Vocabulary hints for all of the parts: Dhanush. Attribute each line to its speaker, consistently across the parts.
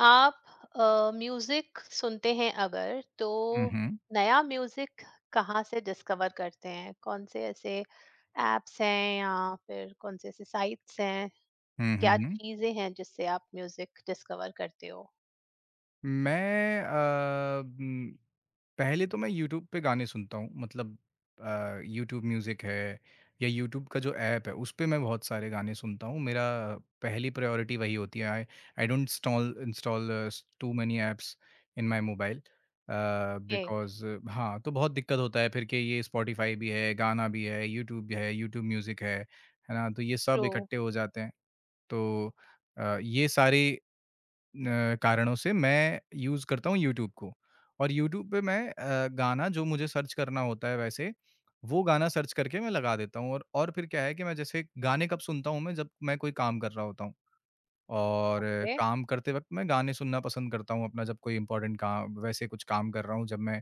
Speaker 1: आप म्यूजिक सुनते हैं अगर तो
Speaker 2: हुँ, हुँ।
Speaker 1: नया म्यूजिक कहाँ से डिस्कवर करते हैं? कौन से ऐसे एप्स हैं या फिर कौन से ऐसे साइट्स हैं?
Speaker 2: हुँ,
Speaker 1: क्या
Speaker 2: हुँ।
Speaker 1: चीजें हैं जिससे आप म्यूजिक डिस्कवर करते हो?
Speaker 2: मैं पहले तो मैं यूट्यूब पे गाने सुनता हूँ मतलब यूट्यूब म्यूज़िक है या यूट्यूब का जो ऐप है उस पे मैं बहुत सारे गाने सुनता हूँ। मेरा पहली प्रायोरिटी वही होती है। I I don't install install too many apps in my mobile
Speaker 1: uh.
Speaker 2: Because. हाँ, तो बहुत दिक्कत होता है फिर कि ये स्पॉटिफ़ाई भी है, गाना भी है, यूट्यूब म्यूज़िक है ना? तो ये सब
Speaker 1: ट्रू.
Speaker 2: इकट्ठे हो जाते हैं। तो ये सारे कारणों से मैं यूज़ करता हूँ यूट्यूब को। और यूट्यूब पे मैं गाना जो मुझे सर्च करना होता है वैसे, वो गाना सर्च करके मैं लगा देता हूँ। और फिर क्या है कि मैं जैसे गाने कब सुनता हूँ, मैं जब मैं कोई काम कर रहा होता हूँ और
Speaker 1: ए.
Speaker 2: काम करते वक़्त मैं गाने सुनना पसंद करता हूँ अपना। जब कोई इम्पोर्टेंट काम वैसे कुछ काम कर रहा हूँ जब मैं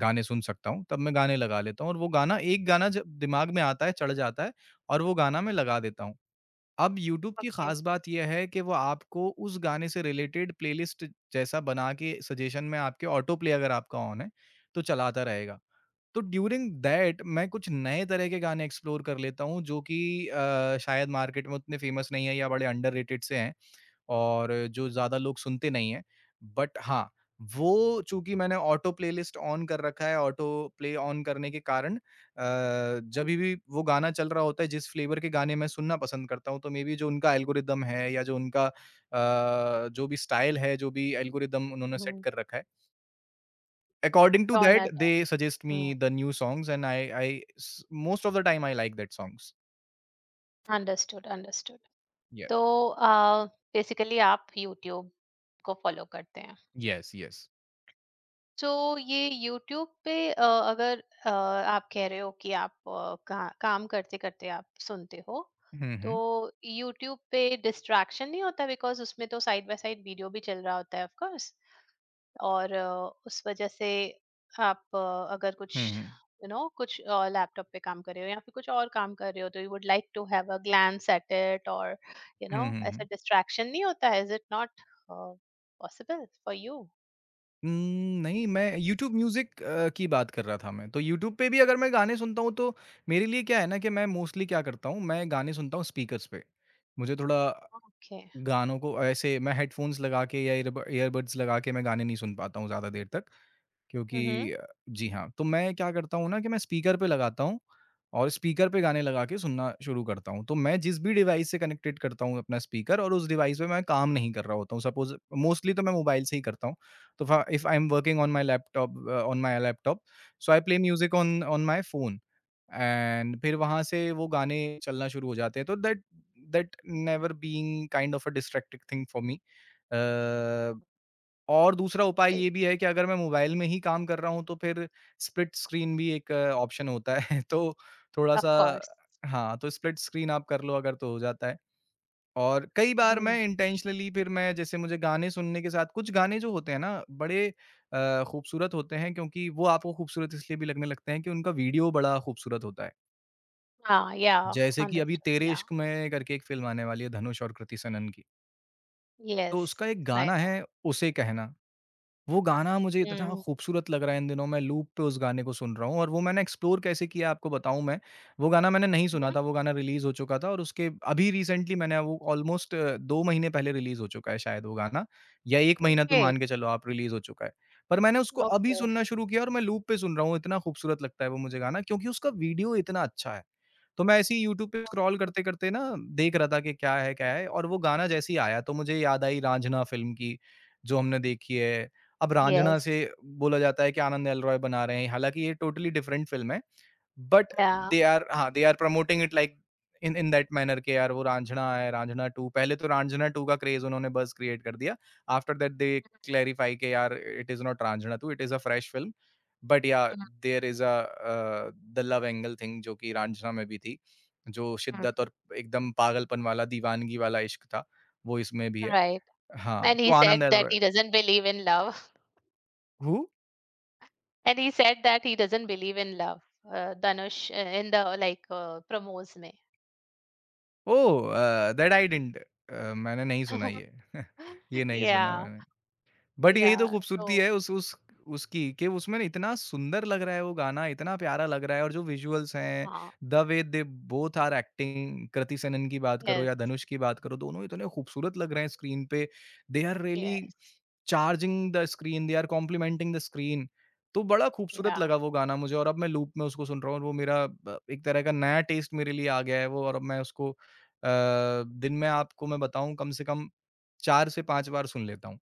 Speaker 2: गाने सुन सकता हूँ, तब मैं गाने लगा लेता हूँ और वो गाना, एक गाना जब दिमाग में आता है, चढ़ जाता है और वो गाना मैं लगा देता हूँ। अब यूट्यूब की खास बात ये है कि वो आपको उस गाने से रिलेटेड प्लेलिस्ट जैसा बना के सजेशन में आपके ऑटो प्ले अगर आपका ऑन है, तो चलाता रहेगा। तो ड्यूरिंग दैट मैं कुछ नए तरह के गाने एक्सप्लोर कर लेता हूँ, जो कि शायद मार्केट में उतने फेमस नहीं है या बड़े अंडररेटेड से हैं। और जो ज़्यादा लोग सुनते नहीं हैं। बट हाँ, वो चूँकि मैंने ऑटो प्लेलिस्ट ऑन कर रखा है, ऑटो प्ले ऑन करने के कारण जभी भी वो गाना चल रहा होता है जिस फ्लेवर के गाने मैं सुनना पसंद करता हूँ, तो मेबी जो उनका एल्गोरिदम है या जो उनका जो भी स्टाइल है, जो भी एल्गोरिदम उन्होंने सेट कर रखा है, according to that
Speaker 1: genre
Speaker 2: they
Speaker 1: है.
Speaker 2: Suggest me the new songs. And I I स most of the time I like that songs.
Speaker 1: Understood, understood.
Speaker 2: ये
Speaker 1: तो बेसिकली आप यूट्यूब को फॉलो करते हैं.
Speaker 2: Yes, yes.
Speaker 1: तो ये यूट्यूब पे अगर आप कह रहे हो कि आप काम करते करते आप सुनते हो,
Speaker 2: हुँ,
Speaker 1: तो
Speaker 2: हुँ।
Speaker 1: यूट्यूब पे डिस्ट्रैक्शन नहीं होता, बिकॉज उसमें तो साइड बाय साइड वीडियो भी चल रहा होता है ऑफ कोर्स. और उस वजह से आप अगर कुछ
Speaker 2: हुँ, हुँ।
Speaker 1: यू you नो know, कुछ लैपटॉप पे काम कर रहे हो या फिर कुछ और काम कर रहे हो तो you would like to have a glance at it. और यू नो
Speaker 2: हुँ, हुँ,
Speaker 1: ऐसा
Speaker 2: हुँ।
Speaker 1: डिस्ट्रैक्शन नहीं होता है. Is it not possible for you?
Speaker 2: Um, नहीं, मैं यूट्यूब म्यूज़िक की बात कर रहा था मैं। तो यूट्यूब पे भी अगर मैं गाने सुनता हूँ तो मेरे लिए क्या है ना कि मैं मोस्टली क्या करता हूँ, मैं गाने सुनता हूँ स्पीकर्स पे। मुझे थोड़ा
Speaker 1: ओके.
Speaker 2: गानों को ऐसे मैं हेडफ़ोन्स लगा के या ईयरबड्स लगा के मैं गाने नहीं सुन पाता हूँ ज़्यादा देर तक। क्योंकि
Speaker 1: हम्म.
Speaker 2: अ, जी हाँ, तो मैं क्या करता हूँ ना कि मैं स्पीकर पे लगाता हूँ और स्पीकर पे गाने लगा के सुनना शुरू करता हूँ। तो मैं जिस भी डिवाइस से कनेक्टेड करता हूँ अपना स्पीकर, और उस डिवाइस पे मैं काम नहीं कर रहा होता हूँ। सपोज़ मोस्टली तो मैं मोबाइल से ही करता हूँ। तो फ़ा if I am working on my laptop, so I play music on on my phone, and फिर वहाँ से वो गाने चलना शुरू हो जाते हैं। तो that that never being kind of a distracting thing for me. अ और दूसरा उपाय ये भी है कि अगर मैं मोबाइल में ही काम कर रहा हूँ, तो फिर स्प्लिट स्क्रीन भी एक ऑप्शन होता है। तो थोड़ा-सा,
Speaker 1: Of course.
Speaker 2: हाँ, तो स्प्लिट स्क्रीन आप कर लो अगर तो हो जाता है। और कई बार मैं
Speaker 1: Mhm.
Speaker 2: इंटेंशनली फिर मैं जैसे मुझे गाने सुनने के साथ, कुछ गाने जो होते हैं ना बड़े खूबसूरत होते हैं क्योंकि वो आपको खूबसूरत इसलिए भी लगने लगते हैं कि उनका वीडियो बड़ा खूबसूरत होता है।
Speaker 1: Ah, yeah,
Speaker 2: जैसे कि अभी
Speaker 1: understood.
Speaker 2: "तेरे
Speaker 1: Yeah.
Speaker 2: इश्क में" करके एक फ़िल्म आने वाली है धनुष और कृति सनन की। तो
Speaker 1: Yes,
Speaker 2: उसका एक
Speaker 1: I
Speaker 2: गाना
Speaker 1: know.
Speaker 2: है "उसे कहना"। वो गाना मुझे इतना
Speaker 1: Mm.
Speaker 2: खूबसूरत लग रहा है इन दिनों, मैं लूप पे उस गाने को सुन रहा हूँ। और वो मैंने एक्सप्लोर कैसे किया आपको बताऊँ मैं, वो गाना मैंने नहीं सुना
Speaker 1: Mhm.
Speaker 2: था, वो गाना रिलीज़ हो चुका था और उसके अभी रिसेंटली मैंने वो ऑलमोस्ट 2 महीने पहले रिलीज़ हो चुका है शायद वो गाना, या 1 महीना तो
Speaker 1: Okay,
Speaker 2: मान के चलो आप रिलीज़ हो चुका है। पर मैंने उसको अभी
Speaker 1: okay.
Speaker 2: सुनना शुरू किया और मैं लूप पे सुन रहा हूँ। इतना खूबसूरत लगता है वो मुझे गाना क्योंकि उसका वीडियो इतना अच्छा है। तो मैं ऐसे ही यूट्यूब पे स्क्रॉल
Speaker 1: Okay.
Speaker 2: करते-करते ना देख रहा था कि क्या है, क्या है, और वो गाना जैसे ही आया तो मुझे याद आई "रांझना" फ़िल्म की, जो हमने देखी है। अब रांझना
Speaker 1: Yes.
Speaker 2: से बोला जाता है कि आनंद एलरॉय बना रहे हैं, हालाँकि ये टोटली डिफरेंट फ़िल्म है। But
Speaker 1: Yeah.
Speaker 2: दे आर हाँ, they are promoting it like in in that manner के यार वो रांझना है, रांझना 2। पहले तो रांझना 2 का क्रेज़ उन्होंने बस क्रिएट कर दिया। आफ्टर दैट दे क्लैरिफाई के यार it is not Raanjhanaa 2, it is a fresh film. But yeah
Speaker 1: Mhm,
Speaker 2: there is the love angle thing जो कि रांझना में भी थी, जो शिद्दत
Speaker 1: mhm.
Speaker 2: और एकदम पागलपन वाला, दीवानगी वाला इश्क था, वो इसमें भी है।
Speaker 1: Right.
Speaker 2: हाँ,
Speaker 1: And
Speaker 2: तो
Speaker 1: he
Speaker 2: Anand
Speaker 1: said that
Speaker 2: Arora.
Speaker 1: he doesn't believe in love.
Speaker 2: Who?
Speaker 1: And he said that he doesn't believe in love, Dhanush, in the, promos me.
Speaker 2: Oh! Uh, that I didn't uh, मैंने नहीं सुना ये। ये नहीं सुना
Speaker 1: Yeah,
Speaker 2: मैंने। But यही तो
Speaker 1: yeah.
Speaker 2: खूबसूरती
Speaker 1: So
Speaker 2: है उस उसकी कि उसमें ना इतना सुंदर लग रहा है वो गाना, इतना प्यारा लग रहा है। और जो विजुअल्स हैं,
Speaker 1: uh,
Speaker 2: the way they both are acting, Kriti Sanon की बात करो
Speaker 1: yes,
Speaker 2: या धनुष की बात करो, दोनों इतने खूबसूरत लग रहे हैं स्क्रीन पे। They are really
Speaker 1: yes.
Speaker 2: Charging the screen, they are complementing the screen. तो बड़ा खूबसूरत
Speaker 1: Yeah.
Speaker 2: लगा वो गाना मुझे और अब मैं लूप में उसको सुन रहा हूँ, और वो मेरा ब एक तरह का नया टेस्ट मेरे लिए आ गया है वो, और अब मैं उसको दिन में आपको मैं बताऊँ कम से कम 4 से 5 बार सुन लेता हूँ।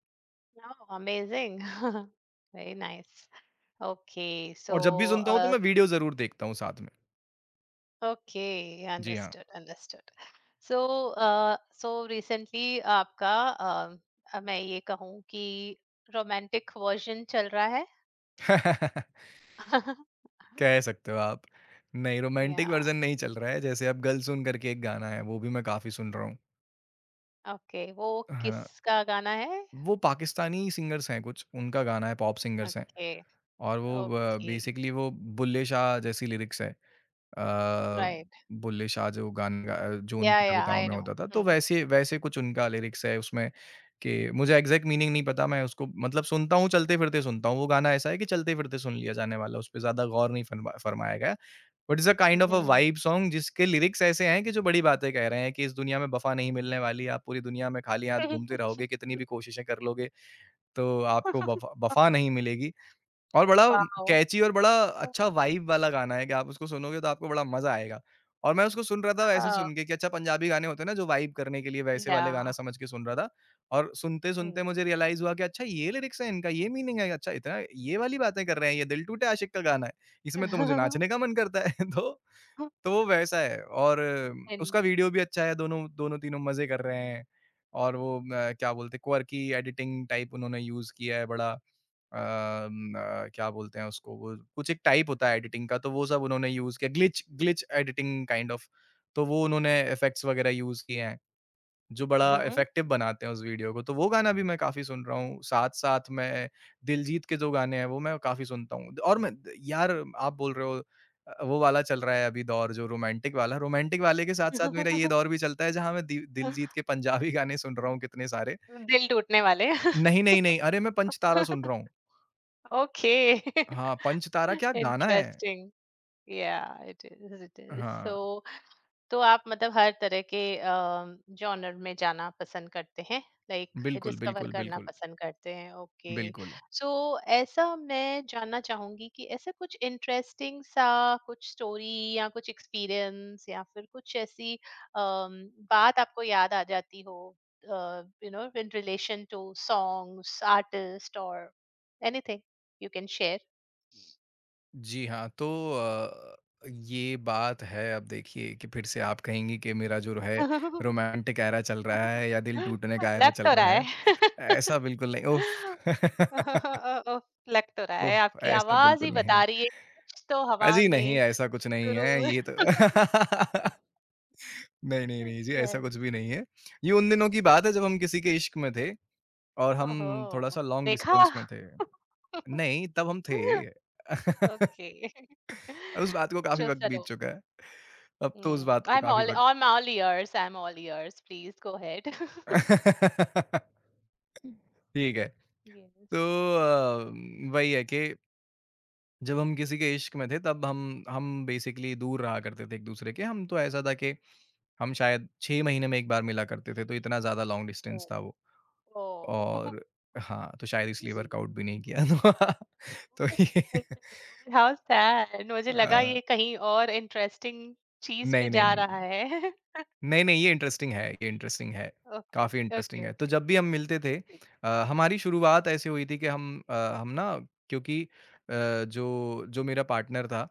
Speaker 1: No, amazing. Very nice. Okay,
Speaker 2: और जब भी
Speaker 1: so
Speaker 2: सुनता हूँ तो मैं वीडियो ज़रूर देखता हूँ साथ में।
Speaker 1: okay,
Speaker 2: जी हाँ।
Speaker 1: understood, understood. So so recently आपका uh, मैं ये कहूँ कि रोमांटिक वर्जन चल रहा है.
Speaker 2: कह सकते हो आप। नहीं, रोमांटिक
Speaker 1: या
Speaker 2: वर्ज़न नहीं चल रहा है, जैसे अब "गल सुन" करके एक गाना है, वो भी मैं काफ़ी सुन रहा हूँ।
Speaker 1: ओके. वो
Speaker 2: हाँ,
Speaker 1: किसका गाना है?
Speaker 2: वो पाकिस्तानी सिंगर्स हैं कुछ, उनका गाना है, पॉप सिंगर्स हैं।
Speaker 1: ओके.
Speaker 2: और वो
Speaker 1: ओके.
Speaker 2: बेसिकली वो बुल्ले शाह जैसी लिरिक्स है।
Speaker 1: राइट.
Speaker 2: बुल्ले शाह जो गान गा जो
Speaker 1: या
Speaker 2: उनकी
Speaker 1: या
Speaker 2: कविताओं
Speaker 1: आई
Speaker 2: में
Speaker 1: नो.
Speaker 2: होता था, तो
Speaker 1: हम्म.
Speaker 2: वैसे वैसे कुछ उनका लिरिक्स है उसमें कि मुझे एग्ज़ैक्ट मीनिंग नहीं पता, मैं उसको मतलब सुनता हूँ, चलते-फिरते सुनता हूँ। वो गाना ऐसा है कि चलते-फिरते सुन लिया जाने वाला, उसपे ज़्यादा गौर नहीं फरमाया गया। But it's a kind of a
Speaker 1: hmm.
Speaker 2: Vibe song जिसके लिरिक्स ऐसे हैं कि जो बड़ी बातें कह रहे हैं कि इस दुनिया में वफ़ा नहीं मिलने वाली, आप पूरी दुनिया में खाली हाथ घूमते रहोगे, कितनी भी कोशिशें कर लोगे, तो आपको वफ़ा वफ़ा नहीं मिलेगी। और बड़ा
Speaker 1: वाओ.
Speaker 2: कैची और बड़ा अच्छा वाइब वाला गाना है कि आप उसको सुनोगे तो आपको बड़ा मज़ा आएगा। और मैं उसको सुन रहा था वैसे, सुन के कि अच्छा पंजाबी गाने होते हैं ना जो वाइब करने के लिए, वैसे
Speaker 1: या.
Speaker 2: वाले गाना समझ के सुन रहा था। और
Speaker 1: हम्म.
Speaker 2: सुनते-सुनते मुझे रियलाइज़ हुआ कि अच्छा ये लिरिक्स है इनका, ये मीनिंग है, अच्छा इतना ये वाली बातें कर रहे हैं, ये दिल टूटे आशिक का गाना है। इसमें तो मुझे नाचने का मन करता है। तो वो वैसा है और
Speaker 1: And-
Speaker 2: उसका वीडियो भी अच्छा है, दोनों-तीनों मज़े कर रहे हैं। और वो क्या बोलते हैं, क्वर्की एडिटिंग टाइप उन्होंने यूज़ किया है बड़ा। क्या बोलते हैं उसको, वो कुछ एक टाइप होता है एडिटिंग का, तो वो सब उन्होंने यूज़ किया, glitch glitch editing kind of. तो वो उन्होंने इफ़ेक्ट्स वग़ैरह यूज़ किए हैं, जो बड़ा
Speaker 1: Mhm.
Speaker 2: इफ़ेक्टिव बनाते हैं उस वीडियो को। तो वो गाना भी मैं काफ़ी सुन रहा हूँ। साथ-साथ मैं दिलजीत के जो गाने हैं, वो मैं काफ़ी सुनता हूँ। और मैं, यार, आप बोल रहे हो वो वाला चल रहा है अभी दौर जो रोमांटिक वाला, रोमांटिक वाले के साथ-साथ मेरा ये दौर भी चलता है जहाँ मैं दि दिलजीत के पंजाबी गाने सुन रहा हूँ कितने सारे।
Speaker 1: दिल टूटने वाले।
Speaker 2: नहीं, नहीं, नहीं, अरे मैं पंचतारा सुन रहा हूँ।
Speaker 1: ओके.
Speaker 2: हाँ, पंचतारा क्या गाना है!
Speaker 1: इंटरेस्टिंग। या, इट इज़, इट इज़.
Speaker 2: हाँ,
Speaker 1: सो तो आप मतलब हर तरह के जॉनर में जाना पसंद करते हैं, लाइक
Speaker 2: बिल्कुल,
Speaker 1: डिस्कवर
Speaker 2: बिल्कुल,
Speaker 1: करना
Speaker 2: बिल्कुल,
Speaker 1: पसंद करते हैं. ओके.
Speaker 2: बिल्कुल।
Speaker 1: सो ऐसा मैं जानना चाहूंगी कि ऐसा कुछ इंटरेस्टिंग सा, कुछ स्टोरी या कुछ एक्सपीरियंस या फिर कुछ ऐसी अम, बात आपको याद आ जाती हो, you know in relation to songs, artist, और एनीथिंग यू कैन शेयर.
Speaker 2: जी हाँ, तो अ, ये बात है, अब देखिए कि फिर से आप कहेंगी कि मेरा जो है रोमांटिक एरा चल रहा है या दिल टूटने का एरा
Speaker 1: लग
Speaker 2: चल
Speaker 1: तो रहा
Speaker 2: रहा
Speaker 1: है.
Speaker 2: है। ऐसा बिल्कुल नहीं, उफ़!
Speaker 1: ओह! लग तो रहा है,
Speaker 2: उफ़!
Speaker 1: आपकी
Speaker 2: ऐसा
Speaker 1: आवाज़ ही
Speaker 2: बिल्कुल नहीं है।
Speaker 1: बता रही है कि कुछ तो हवा
Speaker 2: जी नहीं,
Speaker 1: में
Speaker 2: ऐसा कुछ नहीं है ये तो।
Speaker 1: सुरूर.
Speaker 2: नहीं, नहीं, नहीं जी, ऐसा
Speaker 1: यस.
Speaker 2: कुछ भी नहीं है। ये उन दिनों की बात है जब हम किसी के इश्क में थे और हम
Speaker 1: ओहो!
Speaker 2: थोड़ा-सा लॉन्ग
Speaker 1: देखा?
Speaker 2: डिस्टेंस में थे। नहीं, तब हम थे।
Speaker 1: ओके.
Speaker 2: उस बात को काफ़ी
Speaker 1: चो
Speaker 2: वक़्त बीत
Speaker 1: चलो.
Speaker 2: चुका है। अब तो उस
Speaker 1: हुँ,
Speaker 2: बात को
Speaker 1: आई एम
Speaker 2: काफ़ी
Speaker 1: ऑल
Speaker 2: वक़्त।
Speaker 1: I am all ears, I am all ears, please go ahead.
Speaker 2: ठीक है।
Speaker 1: यस.
Speaker 2: तो वही है कि जब हम किसी के इश्क में थे तब हम बेसिकली दूर रहा करते थे एक-दूसरे के। हम तो ऐसा था कि हम शायद 6 महीने में 1 बार मिला करते थे, तो इतना ज़्यादा लॉन्ग डिस्टेंस
Speaker 1: ओह!
Speaker 2: था वो।
Speaker 1: ओह!
Speaker 2: और हाँ, तो शायद इसलिए वर्कआउट भी नहीं किया। तो ये।
Speaker 1: How sad. मुझे लगा
Speaker 2: अ,
Speaker 1: ये कहीं और इंटरेस्टिंग चीज़ पे
Speaker 2: नहीं, नहीं,
Speaker 1: जा रहा
Speaker 2: नहीं।
Speaker 1: है.
Speaker 2: नहीं, नहीं, ये इंटरेस्टिंग है, ये इंटरेस्टिंग है।
Speaker 1: ओके,
Speaker 2: काफ़ी इंटरेस्टिंग
Speaker 1: ओके,
Speaker 2: है। तो
Speaker 1: ओके.
Speaker 2: जब भी हम मिलते थे
Speaker 1: प्लीज़.
Speaker 2: हमारी शुरुआत ऐसे हुई थी कि हम हम ना क्योंकि जो जो मेरा पार्टनर था,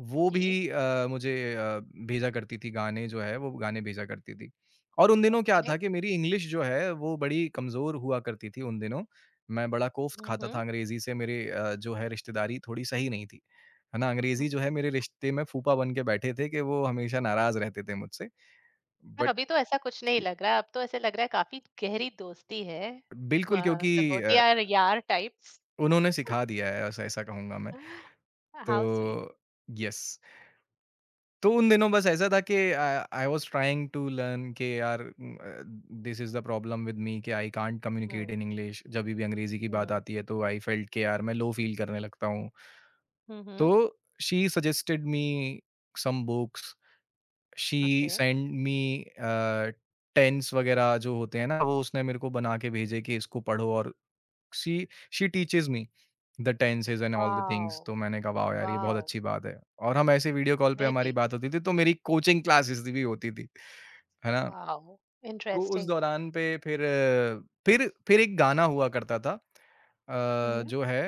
Speaker 2: वो भी
Speaker 1: जी.
Speaker 2: मुझे भेजा करती थी गाने जो है, वो गाने भेजा करती थी। और उन दिनों क्या
Speaker 1: ओके.
Speaker 2: था कि मेरी इंग्लिश जो है, वो बड़ी कमज़ोर हुआ करती थी उन दिनों। मैं बड़ा कोफ्त
Speaker 1: हुँ,
Speaker 2: खाता था
Speaker 1: हुँ.
Speaker 2: अंग्रेज़ी से मेरे जो है रिश्तेदारी थोड़ी सही नहीं थी। है ना? अंग्रेज़ी जो है मेरे रिश्ते में फूफा बन के बैठे थे कि वो हमेशा नाराज़ रहते थे मुझसे।
Speaker 1: पर
Speaker 2: बट
Speaker 1: अभी तो ऐसा कुछ नहीं
Speaker 2: जी।
Speaker 1: लग रहा है, अब तो ऐसे लग रहा है काफ़ी गहरी दोस्ती है.
Speaker 2: बिल्कुल,
Speaker 1: वाह!
Speaker 2: क्योंकि अ,
Speaker 1: लंगोटिया और यार टाइप्स.
Speaker 2: उन्होंने सिखा दिया है ऐसा ऐसा कहूँगा मैं। तो
Speaker 1: हाउ स्वीट.
Speaker 2: यस, तो उन दिनों बस ऐसा था कि I was trying to learn कि यार this is the problem with me कि आई कांट कम्युनिकेट
Speaker 1: हुँ,
Speaker 2: इन इंग्लिश। जभी भी अंग्रेज़ी की बात
Speaker 1: हुँ.
Speaker 2: आती है तो आई फेल्ट कि यार मैं लो फील करने लगता हूँ।
Speaker 1: हुँ,
Speaker 2: तो
Speaker 1: हुँ.
Speaker 2: She suggested me some books, she
Speaker 1: okay.
Speaker 2: Send me uh, tense वगैरह जो होते हैं ना, वो उसने मेरे को बना के भेजे कि इसको पढ़ो और she she teaches me the tenses and all the
Speaker 1: wow!
Speaker 2: Things, तो मैंने कहा वाओ यार ये बहुत
Speaker 1: वॉव!
Speaker 2: अच्छी बात है। और हम ऐसे वीडियो कॉल पे हमारी
Speaker 1: रियली?
Speaker 2: बात होती थी तो मेरी कोचिंग क्लासेस भी होती थी, है ना?
Speaker 1: वॉव!
Speaker 2: तो उस
Speaker 1: इंटरेस्टिंग.
Speaker 2: दौरान पे फिर फिर एक गाना हुआ करता था
Speaker 1: हुँ, हुँ.
Speaker 2: जो है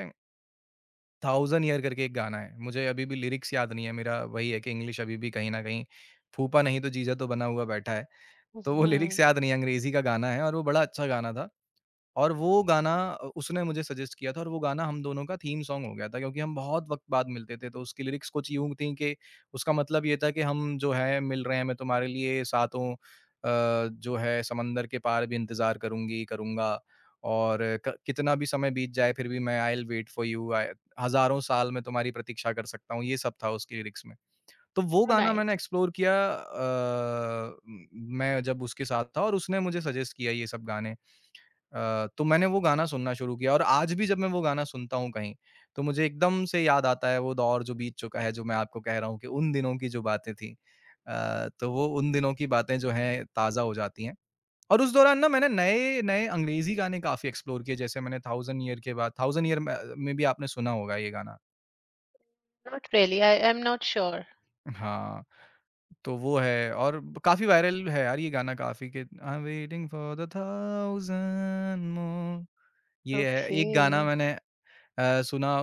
Speaker 2: थाउज़ेंड ईयर करके एक गाना है। मुझे अभी भी लिरिक्स याद नहीं है, मेरा वही है कि इंग्लिश अभी भी कहीं न कहीं फूफा नहीं तो जीजा तो बना हुआ बैठा है। तो वो लिरिक्स
Speaker 1: Mhm.
Speaker 2: याद नहीं है, अंग्रेज़ी का गाना है और वो बड़ा अच्छा गाना था। और वो गाना उसने मुझे सजेस्ट किया था और वो गाना हम दोनों का थीम सॉन्ग हो गया था क्योंकि हम बहुत वक़्त बाद मिलते थे, तो उसकी लिरिक्स कुछ यूँ थी कि उसका मतलब ये था कि हम जो है मिल रहे हैं, मैं तुम्हारे लिए सातों जो है समंदर के पार भी इंतज़ार करूँगी करूँगा और क कितना भी समय बीत जाए फिर भी मैं I will wait for you आय, हज़ारों साल मैं तुम्हारी प्रतीक्षा कर सकता हूँ, ये सब था उसकी लिरिक्स में। तो वो
Speaker 1: How
Speaker 2: गाना
Speaker 1: nice.
Speaker 2: मैंने एक्सप्लोर किया मैं जब उसके साथ था और उसने मुझे सजेस्ट किया ये सब गाने। तो मैंने वो गाना सुनना शुरू किया और आज भी जब मैं वो गाना सुनता हूँ कहीं, तो मुझे एकदम से याद आता है वो दौर जो बीत चुका है, जो मैं आपको कह रहा हूँ कि उन दिनों की जो बातें थी। तो वो उन दिनों की बातें जो हैं ताज़ा हो जाती हैं और उस दौरान ना मैंने नए-नए अंग्रेज़ी गाने काफ़ी एक्सप्लोर किए, जैसे मैंने थाउज़ेंड ईयर के बाद थाउज़ेंड ईयर में भी आपने सुना होगा ये गाना।
Speaker 1: Not really, I I'm not sure.
Speaker 2: हाँ, तो वो है और काफ़ी वायरल है, यार ये गाना काफ़ी कि I am waiting for the thousand more. ये है, एक गाना
Speaker 1: Okay.
Speaker 2: मैंने सुना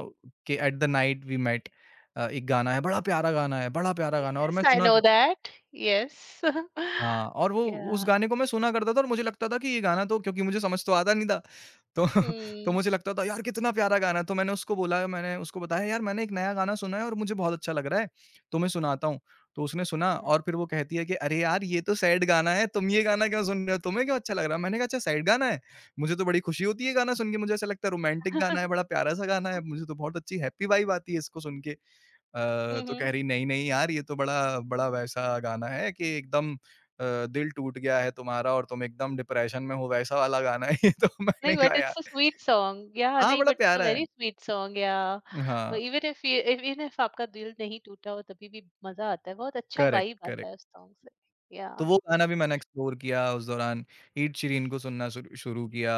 Speaker 2: कि at the night we met. एक गाना है, बड़ा प्यारा गाना है, बड़ा प्यारा गाना है और
Speaker 1: Yes,
Speaker 2: मैं
Speaker 1: I
Speaker 2: सुना।
Speaker 1: know that. Yes.
Speaker 2: हाँ, और वो उस
Speaker 1: Yeah.
Speaker 2: गाने को मैं सुना करता था और मुझे लगता था कि ये गाना तो, क्योंकि मुझे समझ तो आता नहीं था। तो तो
Speaker 1: Mm.
Speaker 2: मुझे लगता था यार कितना प्यारा गाना है, तो मैंने उसको बोला, मैंने उसको बताया यार मैंने एक नया गाना सुना है और मुझे बहुत अच्छा लग रहा है, तुम्हें सुनाता हूँ। तो उसने सुना और फिर वो कहती है कि अरे यार ये तो सैड गाना है, तुम ये गाना क्यों सुन रहे हो? तुम्हें क्यों अच्छा लग रहा है? मैंने कहा अच्छा सैड गाना है? मुझे तो बड़ी खुशी होती है ये गाना सुन के, मुझे ऐसा लगता है रोमांटिक गाना है,
Speaker 1: Mm.
Speaker 2: बड़ा प्यारा सा गाना है, मुझे तो बहुत अच्छी हैप्पी वाइब आती है इसको सुन के। तो कह
Speaker 1: Mhm.
Speaker 2: रही नहीं, नहीं यार ये तो बड़ा बड़ा वैसा गाना है कि एकदम दिल टूट गया है तुम्हारा और तुम एकदम डिप्रेशन में हो, वैसा वाला गाना है ये तो।
Speaker 1: नहीं,
Speaker 2: मैंने
Speaker 1: but
Speaker 2: कहा यार
Speaker 1: it's a sweet song. Yeah,
Speaker 2: हाँ,
Speaker 1: नहीं
Speaker 2: बड़ा
Speaker 1: but it's a
Speaker 2: प्यारा है।
Speaker 1: very sweet song. Yeah.
Speaker 2: हाँ,
Speaker 1: But even if आपका दिल नहीं टूटा हो तभी भी मजा आता है. बहुत अच्छा
Speaker 2: करेक्ट,
Speaker 1: वाइब आता
Speaker 2: करेक्ट।
Speaker 1: है उस सॉन्ग से.
Speaker 2: तो
Speaker 1: Yeah.
Speaker 2: वो गाना भी मैंने एक्सप्लोर किया उस दौरान, ईड शीरीन को सुनना शुरू शुरू किया,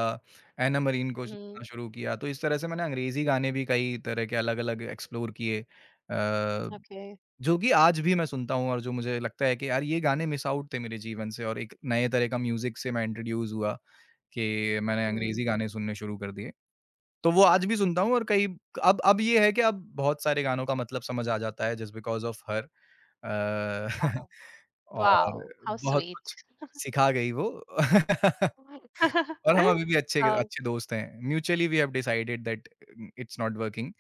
Speaker 2: एना मरीन को सुनना
Speaker 1: हम्म.
Speaker 2: शुरू किया, तो इस तरह से मैंने अंग्रेज़ी गाने भी कई तरह के अलग-अलग एक्सप्लोर किए। अ
Speaker 1: Okay.
Speaker 2: जो कि आज भी मैं सुनता हूँ और जो मुझे लगता है कि यार ये गाने मिस आउट थे मेरे जीवन से और एक नए तरह का म्यूज़िक से मैं इंट्रोड्यूस हुआ कि मैंने
Speaker 1: हम्म.
Speaker 2: अंग्रेज़ी गाने सुनने शुरू कर दिए। तो वो आज भी सुनता हूँ और कई अब ये है कि अब बहुत सारे गानों का मतलब समझ आ जाता है just because of her. Uh,
Speaker 1: Wow. Wow.
Speaker 2: और
Speaker 1: How
Speaker 2: बहुत
Speaker 1: sweet.
Speaker 2: कुछ सिखा गई वो। और हम अभी भी अच्छे
Speaker 1: How
Speaker 2: अच्छे दोस्त हैं। Mutually we have decided that it's not working,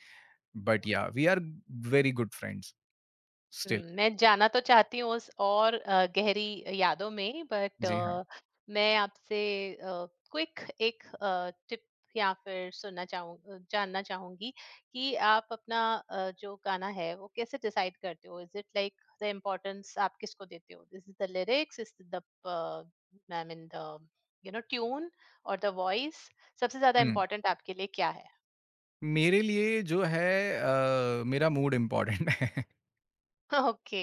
Speaker 2: but yeah we are very good friends
Speaker 1: हुँ,
Speaker 2: स्टिल।
Speaker 1: मैं जाना तो चाहती हूँ उस और गहरी यादों में, बट
Speaker 2: जी हाँ।
Speaker 1: मैं आपसे क्विक एक टिप या फिर सुनना चाहूँ जानना चाहूँगी कि आप अपना जो गाना है वो कैसे डिसाइड करते हो? Is it like the importance आप किसको देते हो? Is it the lyrics? Is it the प I mean the you know tune और द वॉइस? सबसे ज़्यादा
Speaker 2: हुँ।
Speaker 1: इम्पोर्टेंट आपके लिए क्या है?
Speaker 2: मेरे लिए जो है मेरा मूड इम्पोर्टेंट है।
Speaker 1: ओके,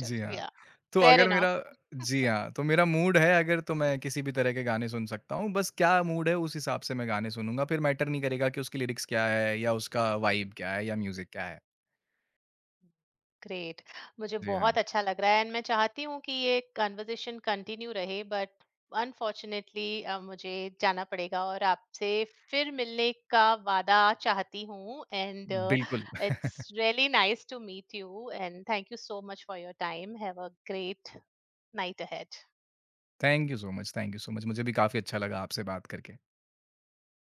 Speaker 2: जी हाँ,
Speaker 1: या,
Speaker 2: तो
Speaker 1: फेयर
Speaker 2: अगर मेरा,
Speaker 1: इनफ.
Speaker 2: जी हाँ, तो मेरा मूड है अगर, तो मैं किसी भी तरह के गाने सुन सकता हूँ, बस क्या मूड है उस हिसाब से मैं गाने सुनूँगा, फिर मैटर नहीं करेगा कि उसकी लिरिक्स क्या है या उसका वाइब क्या है या म्यूज़िक क्या है।
Speaker 1: ग्रेट. मुझे
Speaker 2: जी हाँ,
Speaker 1: बहुत अच्छा लग रहा है एंड मैं चाहती हूँ कि ये कन्वर्सेशन कंटिन्यू रहे, बट अनफॉर्चुनेटली मुझे जाना पड़ेगा और आपसे फिर मिलने का वादा चाहती हूँ. एंड
Speaker 2: बिल्कुल।
Speaker 1: It's really nice to meet you and thank you so much for your time. Have a great night ahead.
Speaker 2: Thank you so much, thank you so much. मुझे भी काफ़ी अच्छा लगा आपसे बात करके।